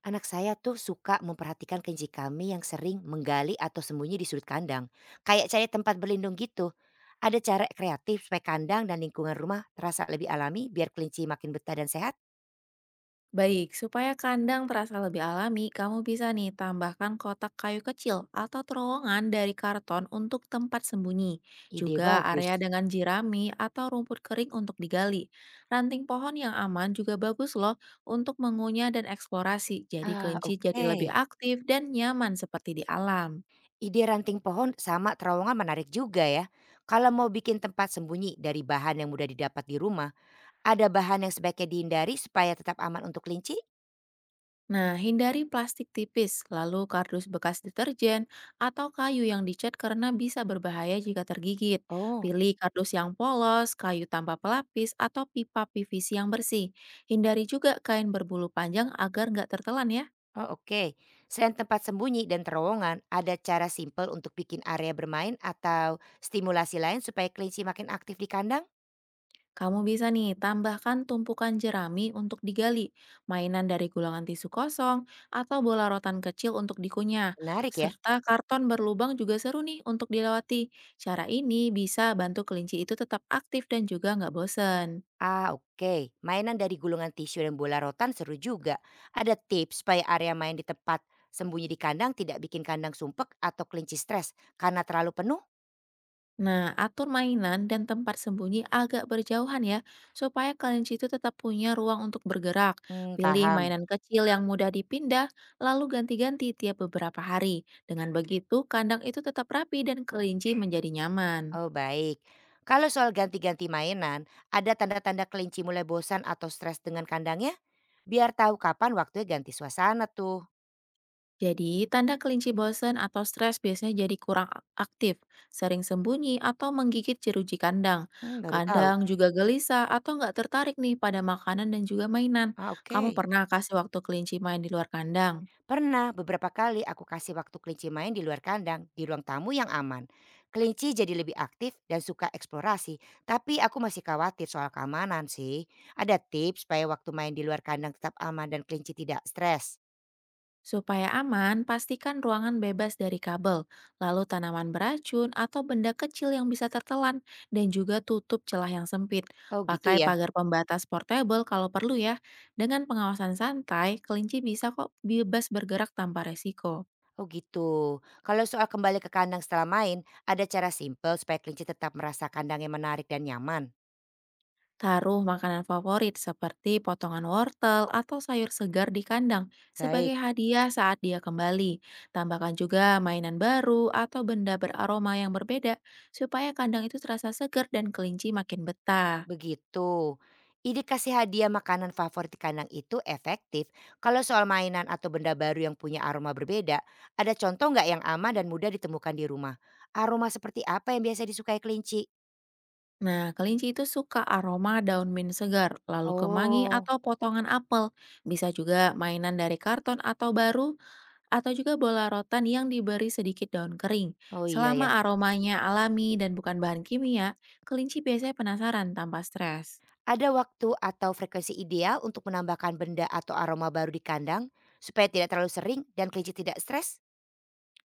Anak saya tuh suka memperhatikan kelinci kami yang sering menggali atau sembunyi di sudut kandang. Kayak cari tempat berlindung gitu. Ada cara kreatif supaya kandang dan lingkungan rumah terasa lebih alami biar kelinci makin betah dan sehat? Baik, supaya kandang terasa lebih alami, kamu bisa nih tambahkan kotak kayu kecil atau terowongan dari karton untuk tempat sembunyi. Ide Juga bagus. area dengan jirami atau rumput kering untuk digali. Ranting pohon yang aman juga bagus loh untuk mengunyah dan eksplorasi. Jadi Ah, kelinci jadi lebih oke. aktif dan nyaman seperti di alam. Ide ranting pohon sama terowongan menarik juga ya. Kalau mau bikin tempat sembunyi dari bahan yang mudah didapat di rumah, ada bahan yang sebaiknya dihindari supaya tetap aman untuk kelinci? Nah, hindari plastik tipis, lalu kardus bekas deterjen, atau kayu yang dicat karena bisa berbahaya jika tergigit. Oh, Pilih kardus yang polos, kayu tanpa pelapis, atau pipa PVC yang bersih. Hindari juga kain berbulu panjang agar nggak tertelan ya. oh oke, selain tempat sembunyi dan terowongan, ada cara simpel untuk bikin area bermain atau stimulasi lain supaya kelinci makin aktif di kandang? Kamu bisa nih tambahkan tumpukan jerami untuk digali, mainan dari gulungan tisu kosong, atau bola rotan kecil untuk dikunyah. Menarik ya. Serta karton berlubang juga seru nih untuk dilewati. Cara ini bisa bantu kelinci itu tetap aktif dan juga nggak bosen. Ah oke, mainan dari gulungan tisu dan bola rotan seru juga. Ada tips supaya area main di tempat sembunyi di kandang tidak bikin kandang sumpek atau kelinci stres karena terlalu penuh? Nah, atur mainan dan tempat sembunyi agak berjauhan ya, supaya kelinci itu tetap punya ruang untuk bergerak. Hmm, Pilih paham. mainan kecil yang mudah dipindah, lalu ganti-ganti tiap beberapa hari. Dengan begitu, kandang itu tetap rapi dan kelinci menjadi nyaman. Oh baik. Kalau soal ganti-ganti mainan, ada tanda-tanda kelinci mulai bosan atau stres dengan kandangnya? Biar tahu kapan waktunya ganti suasana tuh. Jadi, tanda kelinci bosan atau stres biasanya jadi kurang aktif, sering sembunyi atau menggigit jeruji kandang. Mmm, baru tahu. Kadang juga gelisah atau nggak tertarik nih pada makanan dan juga mainan. Ah, oke. Kamu pernah kasih waktu kelinci main di luar kandang? Pernah beberapa kali aku kasih waktu kelinci main di luar kandang, di ruang tamu yang aman. Kelinci jadi lebih aktif dan suka eksplorasi, tapi aku masih khawatir soal keamanan sih. Ada tips supaya waktu main di luar kandang tetap aman dan kelinci tidak stres? Supaya aman, pastikan ruangan bebas dari kabel, lalu tanaman beracun atau benda kecil yang bisa tertelan, dan juga tutup celah yang sempit. Oh gitu Pakai ya? pagar pembatas portable kalau perlu ya. Dengan pengawasan santai, kelinci bisa kok bebas bergerak tanpa resiko. Oh gitu. Kalau soal kembali ke kandang setelah main, ada cara simpel supaya kelinci tetap merasa kandangnya menarik dan nyaman? Taruh makanan favorit seperti potongan wortel atau sayur segar di kandang Baik. sebagai hadiah saat dia kembali. Tambahkan juga mainan baru atau benda beraroma yang berbeda supaya kandang itu terasa segar dan kelinci makin betah. Begitu. Ide kasih hadiah makanan favorit di kandang itu efektif kalau soal mainan atau benda baru yang punya aroma berbeda. Ada contoh nggak yang aman dan mudah ditemukan di rumah? Aroma seperti apa yang biasa disukai kelinci? Nah, kelinci itu suka aroma daun mint segar, lalu kemangi Oh, atau potongan apel. Bisa juga mainan dari karton atau baru. Atau juga bola rotan yang diberi sedikit daun kering. oh iya ya. Selama aromanya alami dan bukan bahan kimia, kelinci biasanya penasaran tanpa stres. Ada waktu atau frekuensi ideal untuk menambahkan benda atau aroma baru di kandang supaya tidak terlalu sering dan kelinci tidak stres?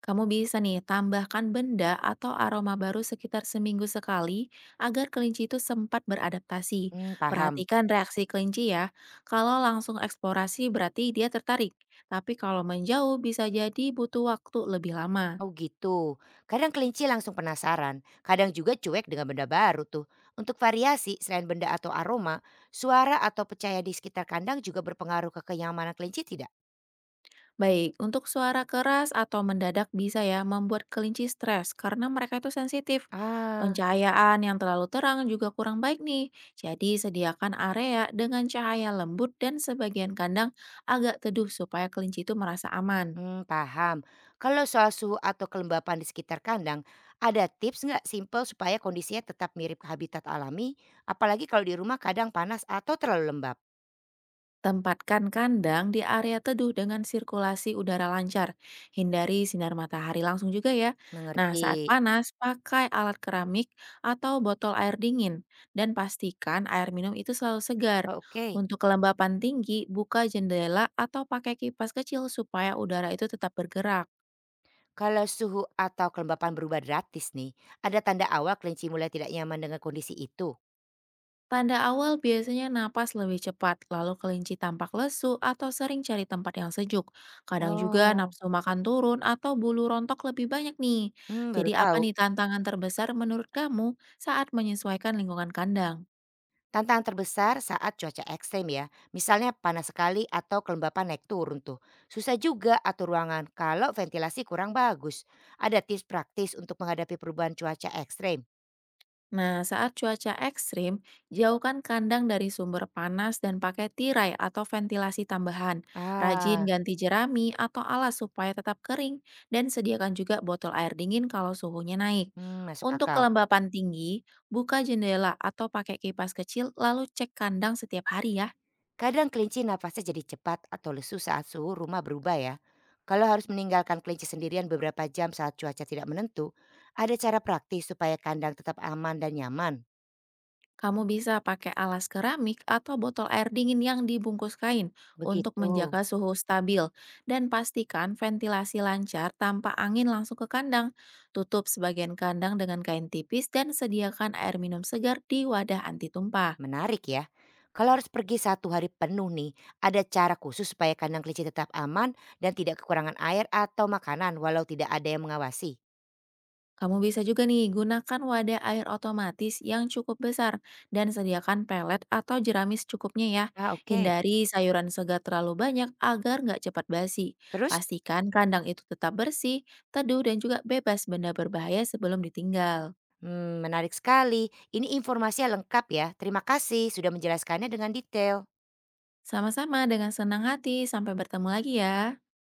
Kamu bisa nih tambahkan benda atau aroma baru sekitar seminggu sekali agar kelinci itu sempat beradaptasi. Hmm, paham. Perhatikan reaksi kelinci ya. Kalau langsung eksplorasi berarti dia tertarik. Tapi kalau menjauh bisa jadi butuh waktu lebih lama. Oh gitu. Kadang kelinci langsung penasaran, kadang juga cuek dengan benda baru tuh. Untuk variasi, selain benda atau aroma, suara atau percaya di sekitar kandang juga berpengaruh ke kenyamanan kelinci tidak? Baik, untuk suara keras atau mendadak bisa ya membuat kelinci stres karena mereka itu sensitif. Ah, Pencahayaan yang terlalu terang juga kurang baik nih. Jadi sediakan area dengan cahaya lembut dan sebagian kandang agak teduh supaya kelinci itu merasa aman. hmm, paham. Kalau soal suhu atau kelembapan di sekitar kandang, ada tips nggak simple supaya kondisinya tetap mirip habitat alami? Apalagi kalau di rumah kadang panas atau terlalu lembab. Tempatkan kandang di area teduh dengan sirkulasi udara lancar. Hindari sinar matahari langsung juga ya. Nah, saat Mengerti. panas, pakai alat keramik atau botol air dingin. Dan pastikan air minum itu selalu segar. Oh, oke. Untuk kelembapan tinggi, buka jendela atau pakai kipas kecil supaya udara itu tetap bergerak. Kalau suhu atau kelembapan berubah gratis nih, ada tanda awal kelinci mulai tidak nyaman dengan kondisi itu? Tanda awal biasanya napas lebih cepat, lalu kelinci tampak lesu atau sering cari tempat yang sejuk. Kadang juga Oh, nafsu makan turun atau bulu rontok lebih banyak nih. hmm, baru Jadi apa tahu. nih tantangan terbesar menurut kamu saat menyesuaikan lingkungan kandang? Tantangan terbesar saat cuaca ekstrem ya, misalnya panas sekali atau kelembapan naik turun tuh. Susah juga atur ruangan kalau ventilasi kurang bagus. Ada tips praktis untuk menghadapi perubahan cuaca ekstrem? Nah, saat cuaca ekstrim, jauhkan kandang dari sumber panas dan pakai tirai atau ventilasi tambahan. Rajin Ah, ganti jerami atau alas supaya tetap kering, dan sediakan juga botol air dingin kalau suhunya naik. hmm, masuk Untuk akal. kelembapan tinggi, buka jendela atau pakai kipas kecil, lalu cek kandang setiap hari ya. Kadang kelinci napasnya jadi cepat atau lesu saat suhu rumah berubah ya. Kalau harus meninggalkan kelinci sendirian beberapa jam saat cuaca tidak menentu, ada cara praktis supaya kandang tetap aman dan nyaman. Kamu bisa pakai alas keramik atau botol air dingin yang dibungkus kain untuk Begitu. menjaga suhu stabil dan pastikan ventilasi lancar tanpa angin langsung ke kandang. Tutup sebagian kandang dengan kain tipis dan sediakan air minum segar di wadah anti tumpah. Menarik ya. Kalau harus pergi satu hari penuh nih, ada cara khusus supaya kandang kelinci tetap aman dan tidak kekurangan air atau makanan walau tidak ada yang mengawasi. Kamu bisa juga nih gunakan wadah air otomatis yang cukup besar dan sediakan pelet atau jeramis cukupnya ya. Ah oke. Hindari sayuran segar terlalu banyak agar nggak cepat basi. Terus? Pastikan kandang itu tetap bersih, teduh dan juga bebas benda berbahaya sebelum ditinggal. Hmm, menarik sekali. Ini informasinya lengkap ya. Terima kasih sudah menjelaskannya dengan detail. Sama-sama dengan senang hati, sampai bertemu lagi ya.